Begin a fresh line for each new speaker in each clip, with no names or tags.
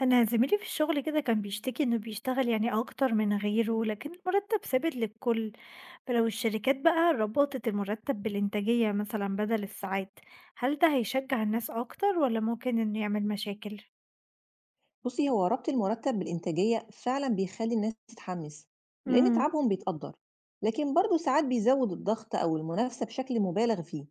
أنا زميلي في الشغل كده كان بيشتكي إنه بيشتغل يعني أكتر من غيره، لكن المرتب ثابت للكل. فلو الشركات بقى ربطت المرتب بالإنتاجية مثلا بدل الساعات، هل ده هيشجع الناس أكتر ولا ممكن إنه يعمل مشاكل؟
بُصّي، هو ربط المرتب بالإنتاجية فعلًا بيخلّي الناس تتحمس، لإن
مهم.
تعبهم بيتقدّر، لكن برضه ساعات بيزوّد الضغط أو المنافسة بشكل مبالغ فيه،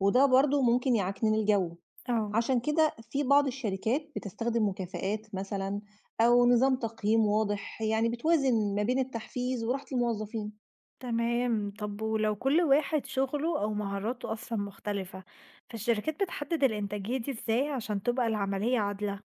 وده برضه ممكن يعكنن الجو،
اه.
عشان كده في بعض الشركات بتستخدم مكافآت مثلًا أو نظام تقييم واضح، يعني بتوازن ما بين التحفيز وراحة الموظفين.
تمام، طب ولو كل واحد شغله أو مهاراته أصلا مختلفة، فالشركات بتحدد الإنتاجية دي إزاي عشان تبقى العملية عادلة؟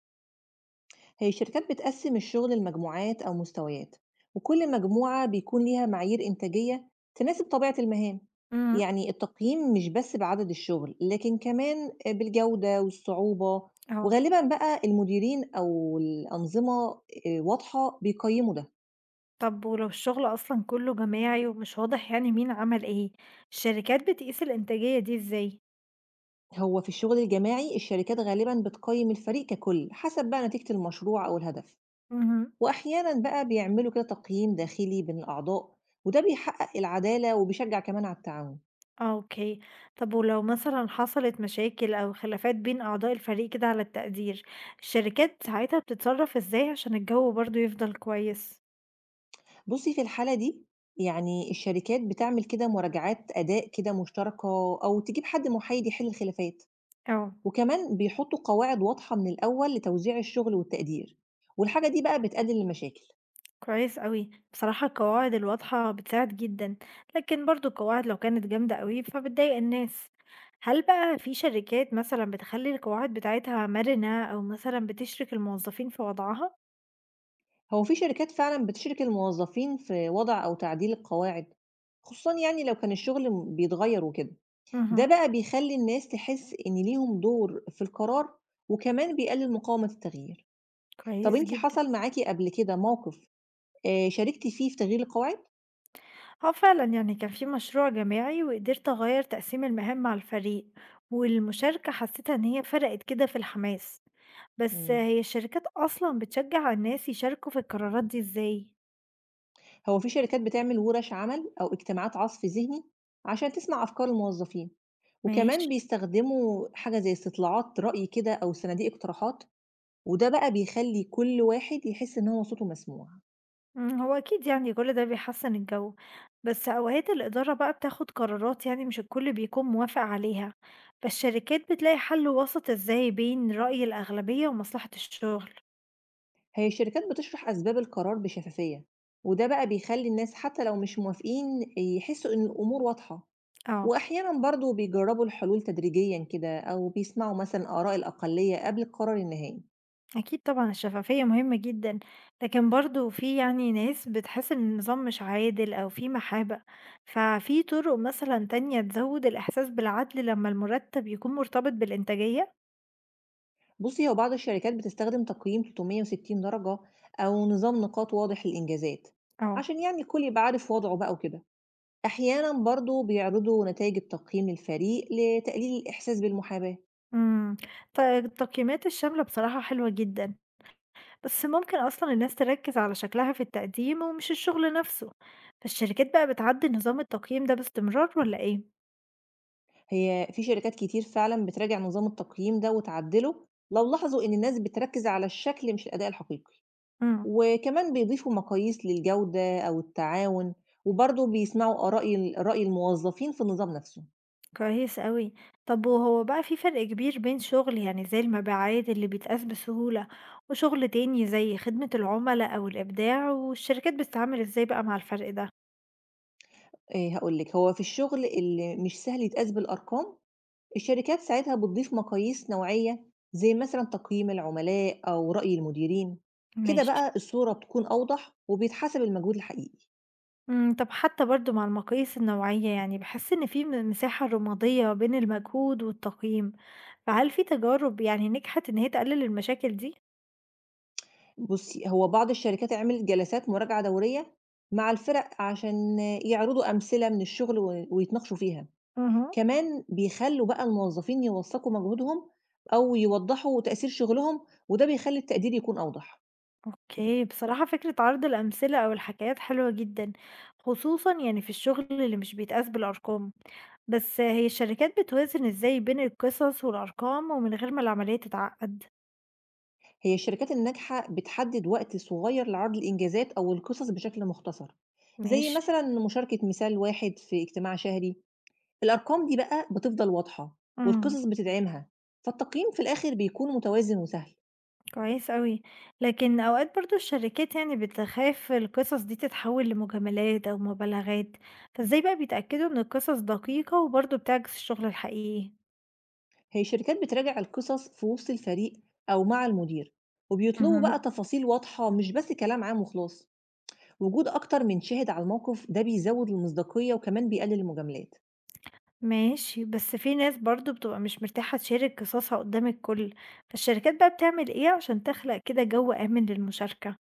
هي الشركات بتقسم الشغل لمجموعات أو مستويات وكل مجموعة بيكون ليها معايير إنتاجية تناسب طبيعة المهام،
مم.
يعني التقييم مش بس بعدد الشغل لكن كمان بالجودة والصعوبة،
اه.
وغالبا بقى المديرين أو الأنظمة واضحة بيقيموا ده.
طب ولو الشغل أصلا كله جماعي ومش واضح يعني مين عمل ايه، الشركات بتقيس الإنتاجية دي ازاي؟
هو في الشغل الجماعي الشركات غالبا بتقيم الفريق ككل حسب بقى نتيجة المشروع أو الهدف،
مهم.
وأحيانا بقى بيعملوا كده تقييم داخلي بين الأعضاء، وده بيحقق العدالة وبيشجع كمان على التعاون.
اه، اوكي. طب ولو مثلا حصلت مشاكل أو خلافات بين أعضاء الفريق كده على التقدير، الشركات ساعتها بتتصرف ازاي عشان الجو برضو يفضل كويس؟
بُصّي في الحالة دي، يعني الشركات بتعمل كده مراجعات أداء كده مشتركة أو تجيب حد محايد يحل الخلافات،
اه.
وكمان بيحطوا قواعد واضحة من الأول لتوزيع الشغل والتقدير، والحاجة دي بقى بتقلل المشاكل.
كويس أوي، بصراحة القواعد الواضحة بتساعد جدًا، لكن برضه القواعد لو كانت جامدة أوي فبتضايق الناس. هل بقى في شركات مثلًا بتخلّي القواعد بتاعتها مرنة أو مثلًا بتشرك الموظفين في وضعها؟
هو في شركات فعلًا بتشرك الموظفين في وضع أو تعديل القواعد، خصوصًا يعني لو كان الشغل بيتغير وكده، ده
اهم.
بقى بيخلّي الناس تحس إن ليهم دور في القرار، وكمان بيقلل مقاومة التغيير. طَب
كويس
أنتِ
جدًا.
حصل معاكِ قبل كده موقف شاركتِ فيه في تغيير القواعد؟
آه فعلًا يعني كان في مشروع جماعي وقدرت أغيّر تقسيم المهام مع الفريق، والمشاركة حسيتها إن هي فرقت كده في الحماس. بس
إمم.
هي الشركات أصلًا بتشجع الناس يشاركوا في القرارات دي إزاي؟
هو في شركات بتعمل وِرَش عمل أو اجتماعات عَصْف ذِهني عشان تسمع أفكار الموظفين،
ماشي.
وكمان بيستخدموا حاجة زي استطلاعات رأي كده أو صناديق اقتراحات، وده بقى بيخلّي كل واحد يحس إن هو صوته مسموع.
إمم، هو أكيد يعني كل ده بيحسّن الجو، بس أوقات الإدارة بقى بتاخد قرارات يعني مش الكل بيكون موافق عليها، فالشركات بتلاقي حل وسط إزاي بين رأي الأغلبية ومصلحة الشغل؟
هي الشركات بتشرح أسباب القرار بشفافية، وده بقى بيخلّي الناس حتى لو مش موافقين يحسوا إن الأمور واضحة،
آه،
وأحيانًا برضه بيجرّبوا الحلول تدريجيًا كده أو بيسمعوا مثلًا آراء الأقلية قبل القرار النهائي.
أكيد طبعًا الشفافية مهمة جدًا، لكن برضه في يعني ناس بتحس إن النظام مش عادل أو فيه محابة، ففي طرق مثلًا تانية تزوّد الإحساس بالعدل لمّا المرتب يكون مرتبط بالإنتاجية؟
بُصّي، هو بعض الشركات بتستخدم تقييم 360 درجة أو نظام نقاط واضح للإنجازات،
آه.
عشان يعني الكل يبقى عارف وضعه بقى وكده. أحيانًا برضه بيعرضوا نتايج التقييم للفريق لتقليل الإحساس بالمحاباة.
إمم. التقييمات الشاملة بصراحة حلوة جدًا، بس ممكن أصلا الناس تركز على شكلها في التقديم ومش الشغل نفسه، فالشركات بقى بتعدل نظام التقييم ده باستمرار ولا ايه؟
هي في شركات كتير فعلًا بتراجع نظام التقييم ده وتعدله لو لاحظوا إن الناس بتركز على الشكل مش الأداء الحقيقي.
امم.
وكمان بيضيفوا مقاييس للجودة أو التعاون، وبرضه بيسمعوا آراء رأي الموظفين في النظام نفسه.
كويس قوي. طب وهو بقى في فرق كبير بين شغل يعني زي المبيعات اللي بيتقاس بسهولة وشغل تاني زي خدمة العملاء أو الإبداع، والشركات بتتعامل ازاي بقى مع الفرق ده؟
هاقول لِك، هو في الشغل اللي مش سهل يتقاس بالأرقام، الشركات ساعتها بتضيف مقاييس نوعية، زي مثلًا تقييم العملاء أو رأي المديرين، كده
ماشي.
بقى الصورة بتكون أوضح وبيتحسب المجهود الحقيقي.
امم. طب حتى برضو مع المقاييس النوعية يعني بحس إن في مساحة رمادية بين المجهود والتقييم، فهل في تجارب يعني نجحت إن هي تقلل المشاكل دي؟
بُصّي، هو بعض الشركات عملت جلسات مراجعة دورية مع الفرق عشان يعرضوا أمثلة من الشغل و ويتناقشوا فيها.
اها.
كمان بيخلّوا بقى الموظفين يوثقوا مجهودهم أو يوضحوا تأثير شغلهم، وده بيخلّي التقدير يكون أوضح.
اوكي، بصراحة فكرة عرض الأمثلة أو الحكايات حلوة جدا، خصوصا يعني في الشغل اللي مش بيتقاس بالأرقام. بس هي الشركات بتوازن ازاي بين القصص والأرقام ومن غير ما العملية تتعقد؟
هي الشركات الناجحة بتحدد وقت صغير لعرض الإنجازات أو القصص بشكل مختصر، زي
ماشي.
مثلا مشاركة مثال واحد في اجتماع شهري. الأرقام دي بقى بتفضل واضحة
امم.
والقصص بتدعمها، فالتقييم في الآخر بيكون متوازن وسهل.
كويس قوي. لكن أوقات برضو الشركات يعني بتخاف القصص دي تتحول لمجاملات أو مبالغات، فازاي بقى بيتأكدوا إن القصص دقيقة وبرضو بتعكس الشغل الحقيقي؟
هي الشركات بتراجع القصص في وسط الفريق أو مع المدير وبيطلبوا بقى
مهم.
تفاصيل واضحة مش بس كلام عام وخلاص. وجود أكتر من شاهد على الموقف ده بيزود المصداقية وكمان بيقلل المجاملات.
ماشي، بس في ناس برضه بتبقى مش مرتاحة تشارك قصصها قدّام الكل، فالشركات بقى بتعمل إيه عشان تخلق كده جو آمن للمشاركة؟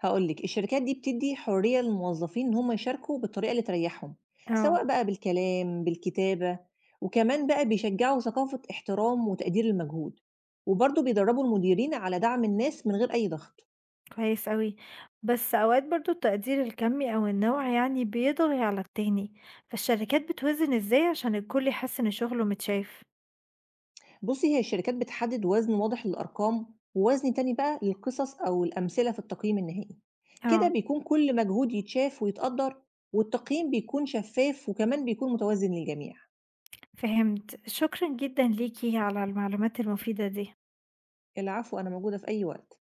هاقول لِك، الشركات دي بتدّي حرية للموظفين إن هم يشاركوا بالطريقة اللي تريّحهم،
آه.
سواء بقى بالكلام، بالكتابة، وكمان بقى بيشجّعوا ثقافة احترام وتقدير المجهود، وبرضه بيدرّبوا المديرين على دعم الناس من غير أي ضغط.
كويس أوي، بس أوقات برضه التقدير الكمي أو النوع يعني بيطغي على التاني، فالشركات بتوازن إزاي عشان الكل يحس إن شغله متشاف؟
بُصّي، هي الشركات بتحدد وزن واضح للأرقام، ووزن تاني بقى للقصص أو الأمثلة في التقييم النهائي. كده
آه.
بيكون كل مجهود يتشاف ويتقدّر، والتقييم بيكون شفّاف وكمان بيكون متوازن للجميع.
فهمت، شكرًا جدًا ليكِ على المعلومات المفيدة دي.
العفو، أنا موجودة في أي وقت.